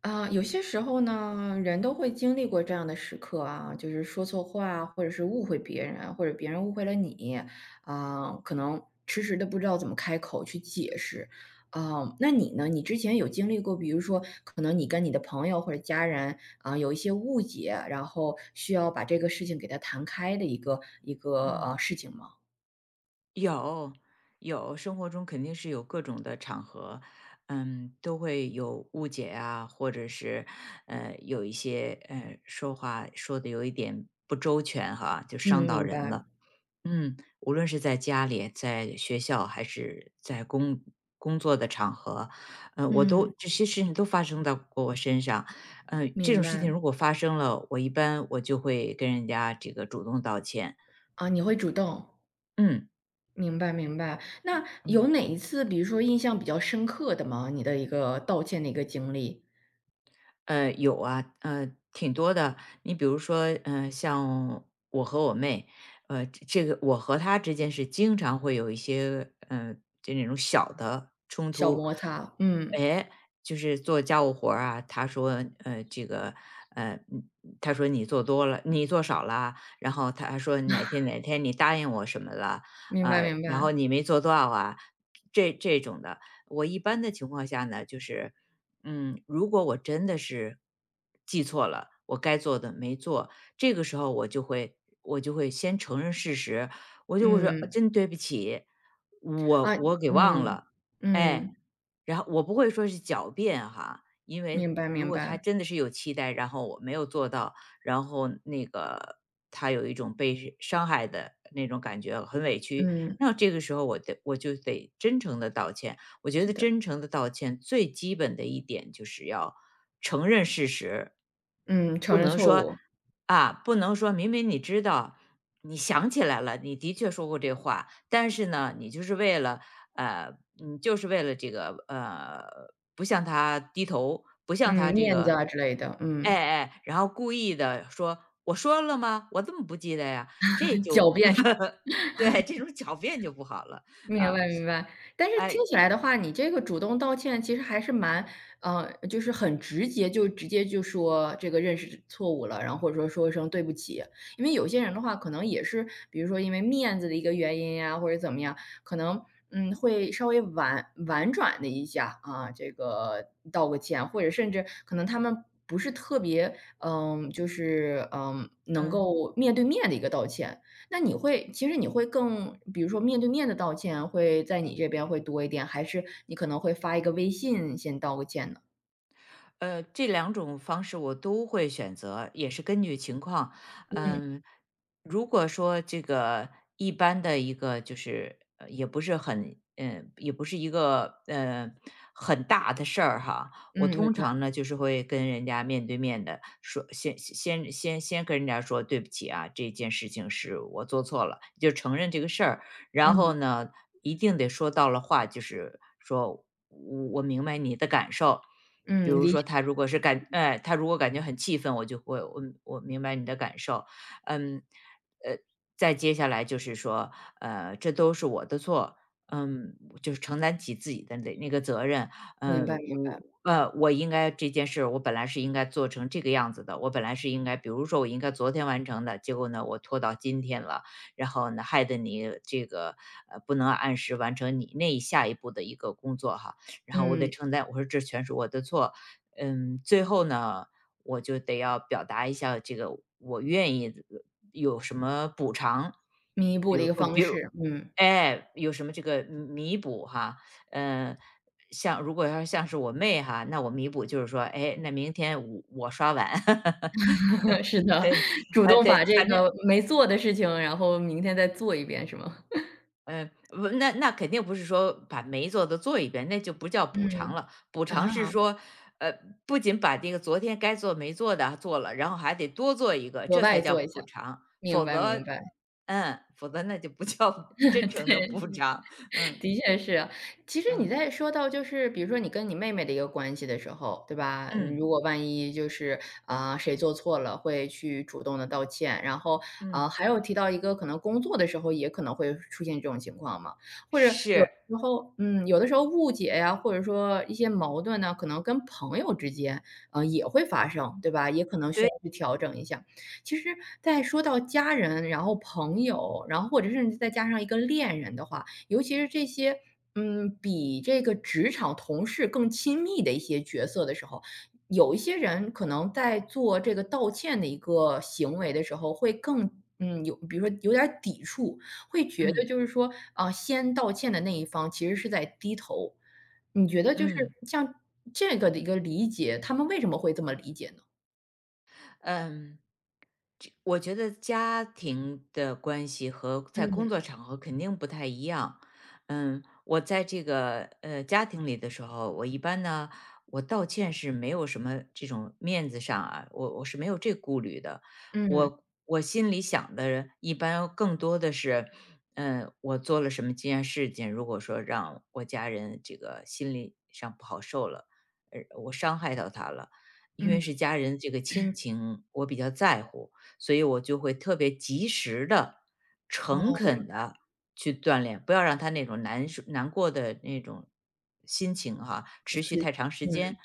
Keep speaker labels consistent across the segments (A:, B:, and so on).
A: 啊，有些时候呢，人都会经历过这样的时刻啊，就是说错话，或者是误会别人，或者别人误会了你，啊，可能迟迟的不知道怎么开口去解释。啊，那你呢？你之前有经历过，比如说，可能你跟你的朋友或者家人啊，有一些误解，然后需要把这个事情给他谈开的一个一个
B: 嗯，
A: 呃事情吗？
B: 有有，生活中肯定是有各种的场合，都会有误解啊，或者是有一些说话说的有一点不周全哈，就伤
A: 嗯，
B: 到
A: 明
B: 人
A: 白，
B: 了。嗯，无论是在家里、在学校，还是在工作的场合，我
A: 嗯，
B: 都这些事情都发生到过我身上。这
A: 明
B: 种事情
A: 白，
B: 如果发生了，我一般就会跟人家这个主动道歉。
A: 啊，你会主动。
B: 嗯
A: 明白明白。那有
B: 嗯。
A: 哪一次，比如说印象比较深刻的吗？你的一个道歉的一个经历，
B: 有啊，挺多的。你比如说，像我和我妹，这个我和她之间是经常会有一些，就那种小的冲
A: 小
B: 突。
A: 摩擦，嗯，
B: 哎，就是做家务活儿啊，她说，这个，呃，嗯她说你做多了，你做少了，然后她说哪天哪天你答应我什么了，
A: 明白明
B: 然后
A: 白，
B: 你没做到啊，这种的。我一般的情况下呢，就是如果我真的是记错了，我该做的没做，这个时候我就会先承认事实，我就会说
A: 嗯，
B: 真对不起，
A: 啊，
B: 我给忘
A: 嗯，
B: 了，哎，
A: 嗯，
B: 然后我不会说是狡辩哈，因
A: 明
B: 为
A: 白
B: 如
A: 明
B: 果他
A: 白，
B: 真的是有期待，然后我没有做到，然后那个他有一种被伤害的那种感觉，很委屈，
A: 嗯，
B: 那这个时候我就得真诚的道歉。我觉
A: 是
B: 得
A: 的，
B: 真诚的道歉最基本的一点就是要承认事实，
A: 嗯，承
B: 不
A: 认
B: 能
A: 错
B: 说
A: 误，
B: 不能说明明你知道。你想起来了，你的确说过这话，但是呢，你就是为了呃，就是为了这个不向他低头，不向
A: 嗯，
B: 他这
A: 面子
B: 个，
A: 啊之类的，
B: 哎
A: 嗯，
B: 哎，然后故意的说："我说了吗？我怎么不记得呀？"这就
A: 狡辩。
B: 对这种狡辩就不好了
A: 明
B: 啊，
A: 白明白，但是听
B: 哎，
A: 起来的话，你这个主动道歉其实还是蛮，就是很直接，就直接就说这个认识错误了，然后或者说说一声对不起。因为有些人的话，可能也是，比如说因为面子的一个原因呀，或者怎么样，可能会稍微婉转的一下啊，这个道个歉，或者甚至可能他们不是特别，嗯，就是能
B: 嗯。
A: 够面对面的一个道歉。那你会其实你会更比如说面对面的道歉，会在你这边会多一点，还是你可能会发一个微信先道个歉呢？
B: 这两种方式我都会选择，也是根据情况。
A: 嗯，
B: 嗯，如果说这个一般的一个就是也不是很，也不是一个很大的事儿哈，我
A: 嗯，明
B: 通
A: 白，
B: 常呢就是会跟人家面对面的说，先跟人家说对不起啊，这件事情是我做错了，就承认这个事儿，然后
A: 嗯，
B: 呢一定得说到了话，就是说我明白你的感受。比
A: 嗯，
B: 如
A: 理
B: 说
A: 解，
B: 他如果感觉很气愤，我就会我我明白你的感受，嗯，呃，再接下来就是说，这都是我的错，嗯，就是承担起自己的那个责任，
A: 明
B: 嗯，
A: 白明
B: 我
A: 白，
B: 我应该这件事，我本来是应该做成这个样子的，我本来是应该，比如说我应该昨天完成的，结果呢，我拖到今天了，然后呢，害得你这个不能按时完成你那一下一步的一个工作哈，然后我得
A: 嗯，
B: 承担，我说这全是我的错，最后呢，我就得要表达一下这个我愿意有什么补偿，
A: 弥补
B: 比
A: 的一
B: 如
A: 个
B: 呃
A: 方
B: 比如
A: 式，嗯，
B: 哎，有什么这个弥补哈，嗯，像如果要是像是我妹哈，那我弥补就是说，哎，那明天我刷碗，
A: 是的，
B: 对，
A: 主
B: 啊
A: 动
B: 对，
A: 把这
B: 反正
A: 个没做的事情，然后明天再做一遍是吗？
B: 嗯，不，那肯定不是说把没做的做一遍，那就不叫补偿
A: 嗯，
B: 了。补偿是
A: 啊，
B: 说，呃，不仅把这个昨天该做没做的做了，然后还得多做一个，
A: 额
B: 这才
A: 外
B: 叫
A: 做一下，
B: 补偿。
A: 明
B: 否
A: 白明
B: 则，
A: 白，
B: 否则那就不叫 真 诚的补
A: 对。
B: 偿。嗯
A: 的确是。其实你
B: 嗯
A: 在说到就是比如说你跟你妹妹的一个关系的时候，对吧？嗯
B: 嗯
A: 如果万一就是，啊，谁做错了，会去主动的道歉。然后，啊
B: 嗯，
A: 还有提到一个可能工作的时候也可能会出现这种情况嘛。或者有
B: 是，
A: 时候嗯，有的时候误解呀，或者说一些矛盾呢，可能跟朋友之间，也会发生，对吧？也可能需
B: 对，
A: 要去调整一下。其实在说到家人，然后朋友，然后或者甚至再加上一个恋人的话，尤其是这些，嗯，比这个职场同事更亲密的一些角色的时候，有一些人可能在做这个道歉的一个行为的时候，会更有比如说有点儿抵触，会觉得
B: 嗯
A: 就是说，啊，先道歉的那一方其实是在低头。你觉得就是
B: 嗯。
A: 像这个的一个理解，他们为什么会这么理解呢？
B: 嗯，这我觉得家庭的关系和在工
A: 嗯
B: 作场合肯定不太一样。我在这个家庭里的时候，我一般呢，我道歉是没有什么这种面子上啊，我是没有这顾虑的。
A: 嗯
B: 我心里想的，一般更多的是，我做了什么这件事情，如果说让我家人这个心理上不好受了，我伤害到他了。因为
A: 嗯，
B: 是家人，这个亲情我比较在乎，所以我就会特别及时的、
A: 哦，
B: 诚
A: 明
B: 恳
A: 白，
B: 的去锻炼，不要让他那种难受难过的那种心情哈，持续
A: 是，
B: 太长时
A: 嗯，
B: 间。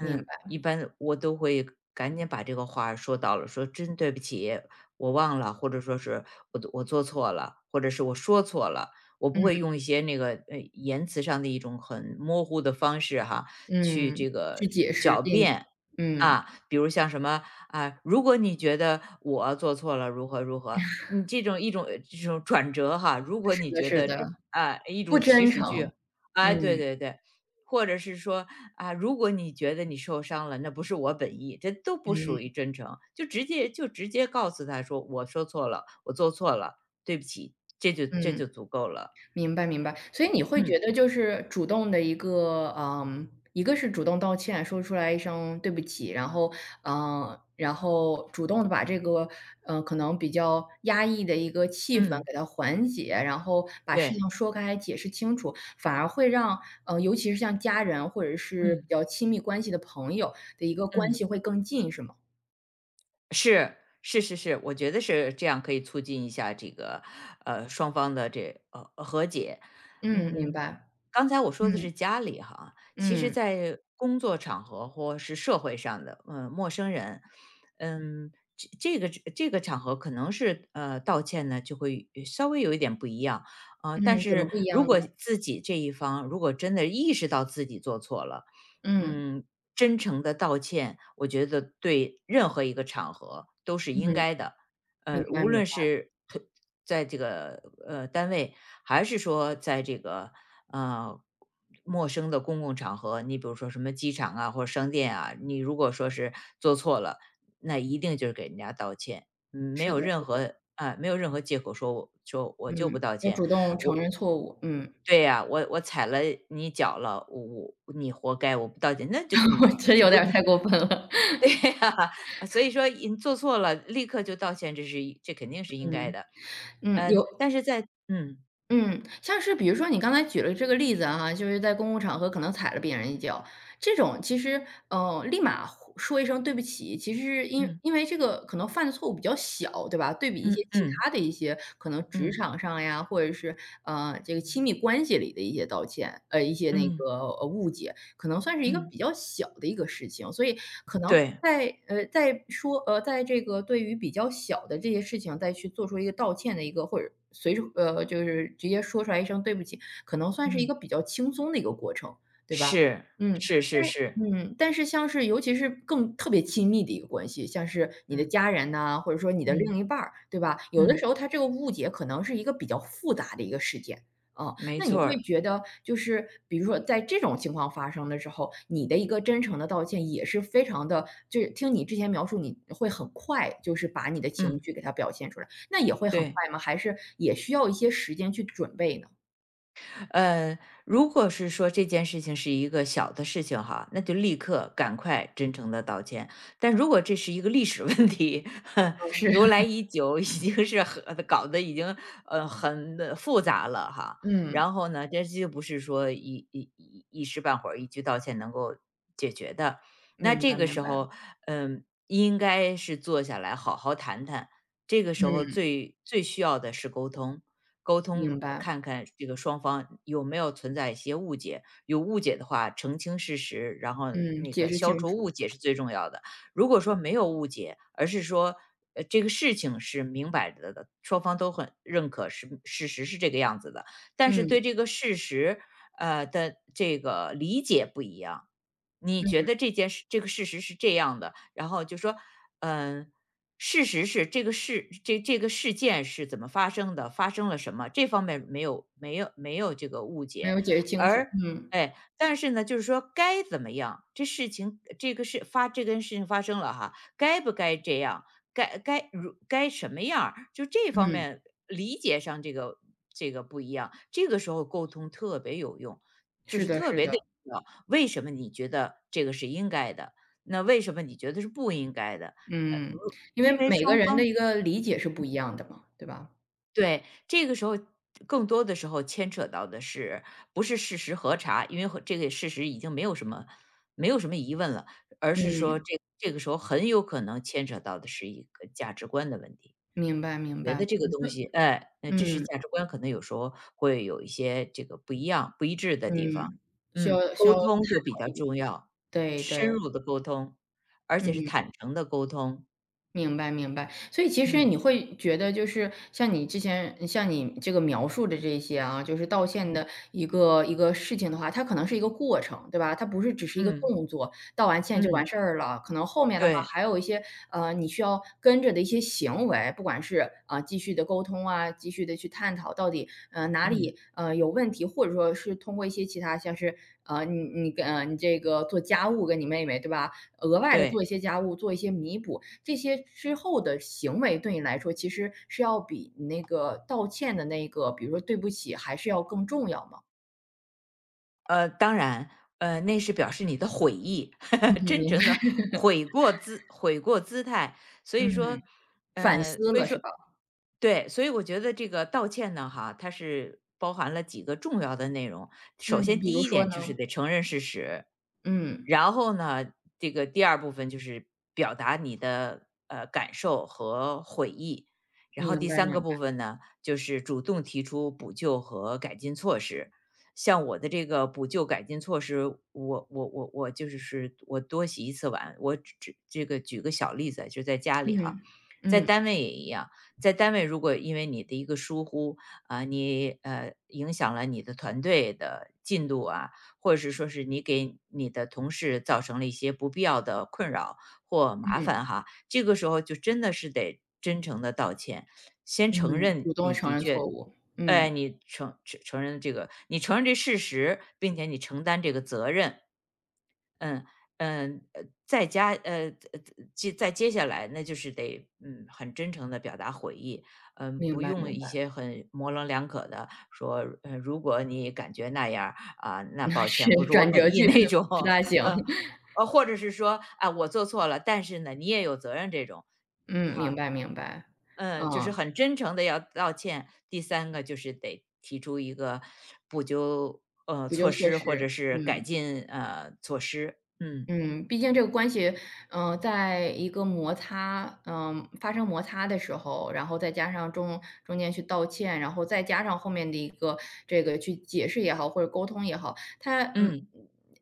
A: 明白，
B: 一般我都会赶紧把这个话说到了，说真对不起，我忘了，或者说是我做错了，或者是我说错了。我不
A: 嗯
B: 会用一些那个言辞上的一种很模糊的方式哈，去
A: 嗯，
B: 这
A: 去
B: 个
A: 解释、
B: 狡
A: 辩解，
B: 辩，
A: 嗯。
B: 啊，比如像什么啊，如果你觉得我做错了如何如何，你这种转折哈，如果
A: 是
B: 你
A: 的
B: 觉
A: 是
B: 得
A: 的，
B: 这啊一
A: 不
B: 种祈
A: 真
B: 使句，
A: 诚。
B: 哎，
A: 嗯，
B: 对对对，或者是说啊，如果你觉得你受伤了，那不是我本意，这都不属于
A: 嗯，
B: 真诚，就直接告诉他说我说错了，我做错了，对不起，这就这
A: 嗯，
B: 就足够了。
A: 明白明白。所以你会觉
B: 嗯
A: 得就是主动的一个一个是主动道歉，说出来一声对不起，然后，嗯，然后主动的把这个，可能比较压抑的一个气氛
B: 嗯，
A: 给它缓解，然后把事
B: 对，
A: 情说开、解释清楚，反而会让尤其是像家人或者是比
B: 嗯
A: 较亲密关系的朋友的一个关
B: 嗯。
A: 系会更近，是吗？
B: 是，是是是，我觉得是这样可以促进一下这个，双方的这和解。
A: 嗯，明
B: 嗯，
A: 白，
B: 刚才我说的
A: 嗯，
B: 是家里哈，其实
A: 嗯。
B: 在工作场合或是社会上的，陌生人，这个场合可能是，道歉呢就会稍微有一点不一样啊。
A: 嗯，
B: 但
A: 怎么
B: 是
A: 不一样
B: 如
A: 呢？
B: 果自己这一方如果真的意识到自己做错了，
A: 嗯，
B: 嗯，真诚的道歉，我觉得对任何一个场合都是应
A: 嗯，
B: 该的。
A: 明白
B: 无
A: 明
B: 论
A: 白，
B: 是和在这个单位，还是说在这个呃陌生的公共场合，你比如说什么机场啊或者商店啊，你如果说是做错了，那一定就是给人家道歉，没
A: 是
B: 有
A: 的
B: 任
A: 是的，
B: 何啊、没有任何借口说我说我就不
A: 嗯，
B: 道
A: 要
B: 歉。
A: 主动承认错误，嗯，
B: 对呀、我踩了你脚了，我你活该，我不道歉，那就根
A: 我
B: 本
A: 觉得
B: 这
A: 有
B: 不
A: 点儿太过分了，
B: 对呀，所以说你做错了，立刻就道歉，这肯定是应该
A: 嗯，
B: 的。
A: 嗯，有
B: 但是在嗯
A: 嗯，像是比如说你刚才举了这个例子啊，就是在公共场合可能踩了别人一脚，这种其实，立马呼说一声对不起，其实是因
B: 嗯
A: 因为这个可能犯的错误比较小，对吧？对比一些
B: 嗯
A: 其
B: 嗯
A: 他的一些可能职
B: 嗯
A: 场上呀，或者是，这个亲密关系里的一些道歉，一些那
B: 嗯
A: 个，误解，可能算是一个
B: 嗯，
A: 比较小的一个事情。所以可能
B: 对，
A: 在这个对于比较小的这些事情再去做出一个道歉的一个或者随手就是直接说出来一声对不起，可能算是一
B: 嗯，
A: 个比较轻松的一个过程，对吧？
B: 是
A: 嗯，
B: 是是
A: 但是
B: 是，
A: 但是像是尤其是更特别亲密的一个关系，像是你的
B: 嗯
A: 家人呐，或者说你的
B: 嗯
A: 另一半儿，对吧？有的
B: 嗯，
A: 时候他这个误解可能是一个比较复杂的一个事件。哦，
B: 没
A: 那你
B: 错
A: 会
B: 儿，
A: 觉得就是比如说在这种情况发生的时候，你的一个真诚的道歉也是非常的。就是听你之前描述你会很快就是把你的情
B: 嗯，
A: 绪给它表现出来，那也会很
B: 对。
A: 快吗？还是也需要一些时间去准备呢？
B: 呃，如果是说这件事情是一个小的事情哈，那就立刻赶快真诚的道歉。但如果这是一个历史 问题，
A: 哦，是，
B: 由来 已久，已经是很搞得已经很复杂了哈。
A: 嗯，
B: 然后呢，这就不是说一时半会儿一句道歉能够解决的。那
A: 明
B: 这
A: 白
B: 个
A: 明
B: 时
A: 白，
B: 候，应该是坐下来好好谈谈，这个时候
A: 嗯，
B: 最最需要的是沟通，沟通
A: 明白，
B: 看看这个双方有没有存在一些误解，有误解的话澄清事实，然后
A: 嗯，
B: 那
A: 解
B: 个
A: 释
B: 消
A: 清
B: 除
A: 楚，
B: 误解是最重要的。如果说没有误解，而是说，这个事情是明摆着的，双方都很认可是事实是这个样子的，但
A: 嗯，
B: 是
A: 嗯，
B: 对这个事实，的这个理解不一样。你觉得这件事这个事实是这样的，然后就说，嗯，事实是这个事这这个事件是怎么发生的，发生了什么，这方面没有这个误
A: 没
B: 解，
A: 有解释清楚，
B: 而
A: 嗯，
B: 哎，但是呢，就是说该怎么样，这件事情发生了哈，该不该这样，该什么样儿就这方
A: 嗯，
B: 面理解上这个不一样，这个时候沟通特别有用，就
A: 是
B: 是
A: 的
B: 特
A: 是
B: 别的。
A: 的，
B: 为什么你觉得这个是应该的？那为什么你觉得是不应该的？呃，如
A: 嗯，因
B: 因
A: 为
B: 为
A: 每个
B: 双
A: 人的
B: 方
A: 一个理解是不一样的嘛，对吧？
B: 对，这个时候更多的时候牵扯到的是不是事实核查，因为和这个事实已经没有什么疑问了，而是说
A: 嗯。
B: 这个时候很有可能牵扯到的是一个价值观的问题。
A: 明白明
B: 觉得
A: 白，
B: 这个
A: 嗯，所
B: 东
A: 以
B: 西，哎，这是
A: 嗯，
B: 价值观可能有时候会有一些这个不一样、不一致的地方。
A: 嗯，需要需
B: 沟
A: 要探
B: 通就比
A: 讨
B: 较
A: 一
B: 重要，
A: 对对，
B: 深入的沟通，而且是
A: 嗯。
B: 坦诚的沟通。
A: 明白明白，所以其实
B: 嗯
A: 你会觉得，就是像你这个描述的这些啊，就是道歉
B: 嗯
A: 的一个事情的话，它可能是一个过程，对吧？它不是只是一个
B: 嗯
A: 动作，道完歉就完
B: 嗯，
A: 事儿了。可能后面的话
B: 对，
A: 还有一些你需要跟着的一些行为，不管是啊、继续的沟通啊，继续的去探讨到底哪里
B: 嗯
A: 有问题，或者说是通过一些其他像是你这个做家务跟你妹妹对吧，额外的
B: 对，
A: 做一些家务，做一些弥补，这些之后的行为对你来说，其实是要比你那个道歉的那个，比如说"对不起"，还是要更重要吗？
B: 当然，那是表示你的悔意，
A: 嗯，
B: 真
A: 明白，
B: 诚的悔过姿态。所以说，
A: 嗯，反
B: 呃，
A: 思
B: 所以
A: 了是
B: 说
A: 吧？
B: 对，所以我觉得这个道歉呢，哈，它是包含了几个重要的内容。首
A: 嗯，
B: 先，
A: 比如
B: 第一
A: 说
B: 点就是
A: 呢？
B: 得承认事实，
A: 嗯，
B: 然后呢，这个第二部分就是表达你的感受和悔意，然后
A: 明
B: 第
A: 白
B: 三个
A: 明白，
B: 部分呢，就是主动提出补救和改进措施。像我的这个补救改进措施，我就是我多洗一次碗，我只这个举个小例子，就在家里哈，
A: 嗯，
B: 在
A: 嗯
B: 单位也一样。在单位如果因为你的一个疏忽啊，你影响了你的团队的进度啊，或者是说是你给你的同事造成了一些不必要的困扰或麻
A: 嗯
B: 烦哈，这个时候就真的是得真诚的道歉，先承
A: 嗯，主
B: 认
A: 动
B: 你
A: 承
B: 的
A: 认
B: 确
A: 错误，嗯，
B: 哎，你承认这个，你承认这事实，并且你承担这个责任，嗯嗯，再接下来，那就是得很真诚的表达悔意，
A: 明
B: 不
A: 白
B: 用
A: 明
B: 一
A: 白，
B: 些很模棱两可的说，如果你感觉那样儿啊、那
A: 那
B: 抱
A: 是
B: 歉，不是我
A: 转折
B: 本意
A: 句
B: 那种，
A: 不大 行，
B: 或者是说啊，我做错了，但是呢，你也有责任这种，
A: 嗯，明
B: 哈，
A: 白明白，
B: 嗯，就是
A: 嗯，
B: 很真诚的要道歉。第三个就是得提出一个补救
A: 补救
B: 措
A: 措
B: 施或
A: 施，
B: 者是改
A: 嗯。
B: 进措施，嗯。
A: 嗯，毕竟这个关系，嗯，在一个摩擦，嗯、发生摩擦的时候，然后再加上中间去道歉，然后再加上后面的一个这个去解释也好，或者沟通也好，它
B: 嗯，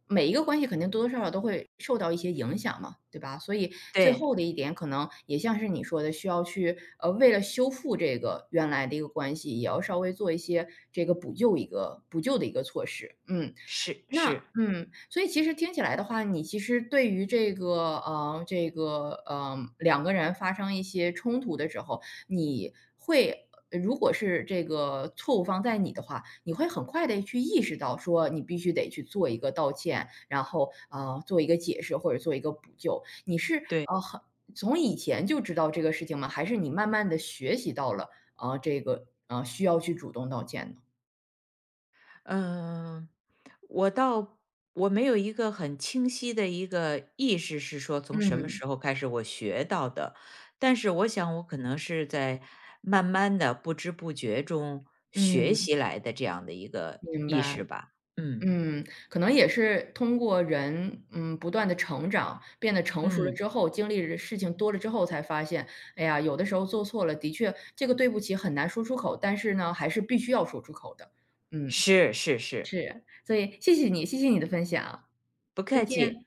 A: 每一个关系肯定多多少少都会受到一些影响嘛，对吧？所以最
B: 对，
A: 后的一点，可能也像是你说的，需要去为了修复这个原来的一个关系，也要稍微做一些这个补救的一个措施，嗯。
B: 是
A: 那
B: 是，
A: 所以其实听起来的话，你其实对于这个，这个，两个人发生一些冲突的时候，你会如果是这个错误方在你的话，你会很快的去意识到说你必须得去做一个道歉，然后，做一个解释或者做一个补救。你是，
B: 对，
A: 很从以前就知道这个事情吗？还是你慢慢的学习到了，这个，需要去主动道歉呢？
B: 嗯、我倒我没有一个很清晰的一个意识是说从什么
A: 嗯，
B: 时候开始我学到的，但是我想我可能是在慢慢的不知不觉中学
A: 嗯，
B: 习来的这样的一个
A: 明
B: 意
A: 白。
B: 识吧。嗯
A: 嗯，可能也是通过人，嗯，不断的成长，变得成熟了
B: 嗯，
A: 之后，经历的事情多了之后才发现，哎呀，有的时候做错了，的确这个对不起很难说出口，但是呢，还是必须要说出口的。嗯，
B: 是是是，
A: 所以谢谢你，谢谢你的分享，
B: 不
A: 再
B: 客
A: 见。
B: 气。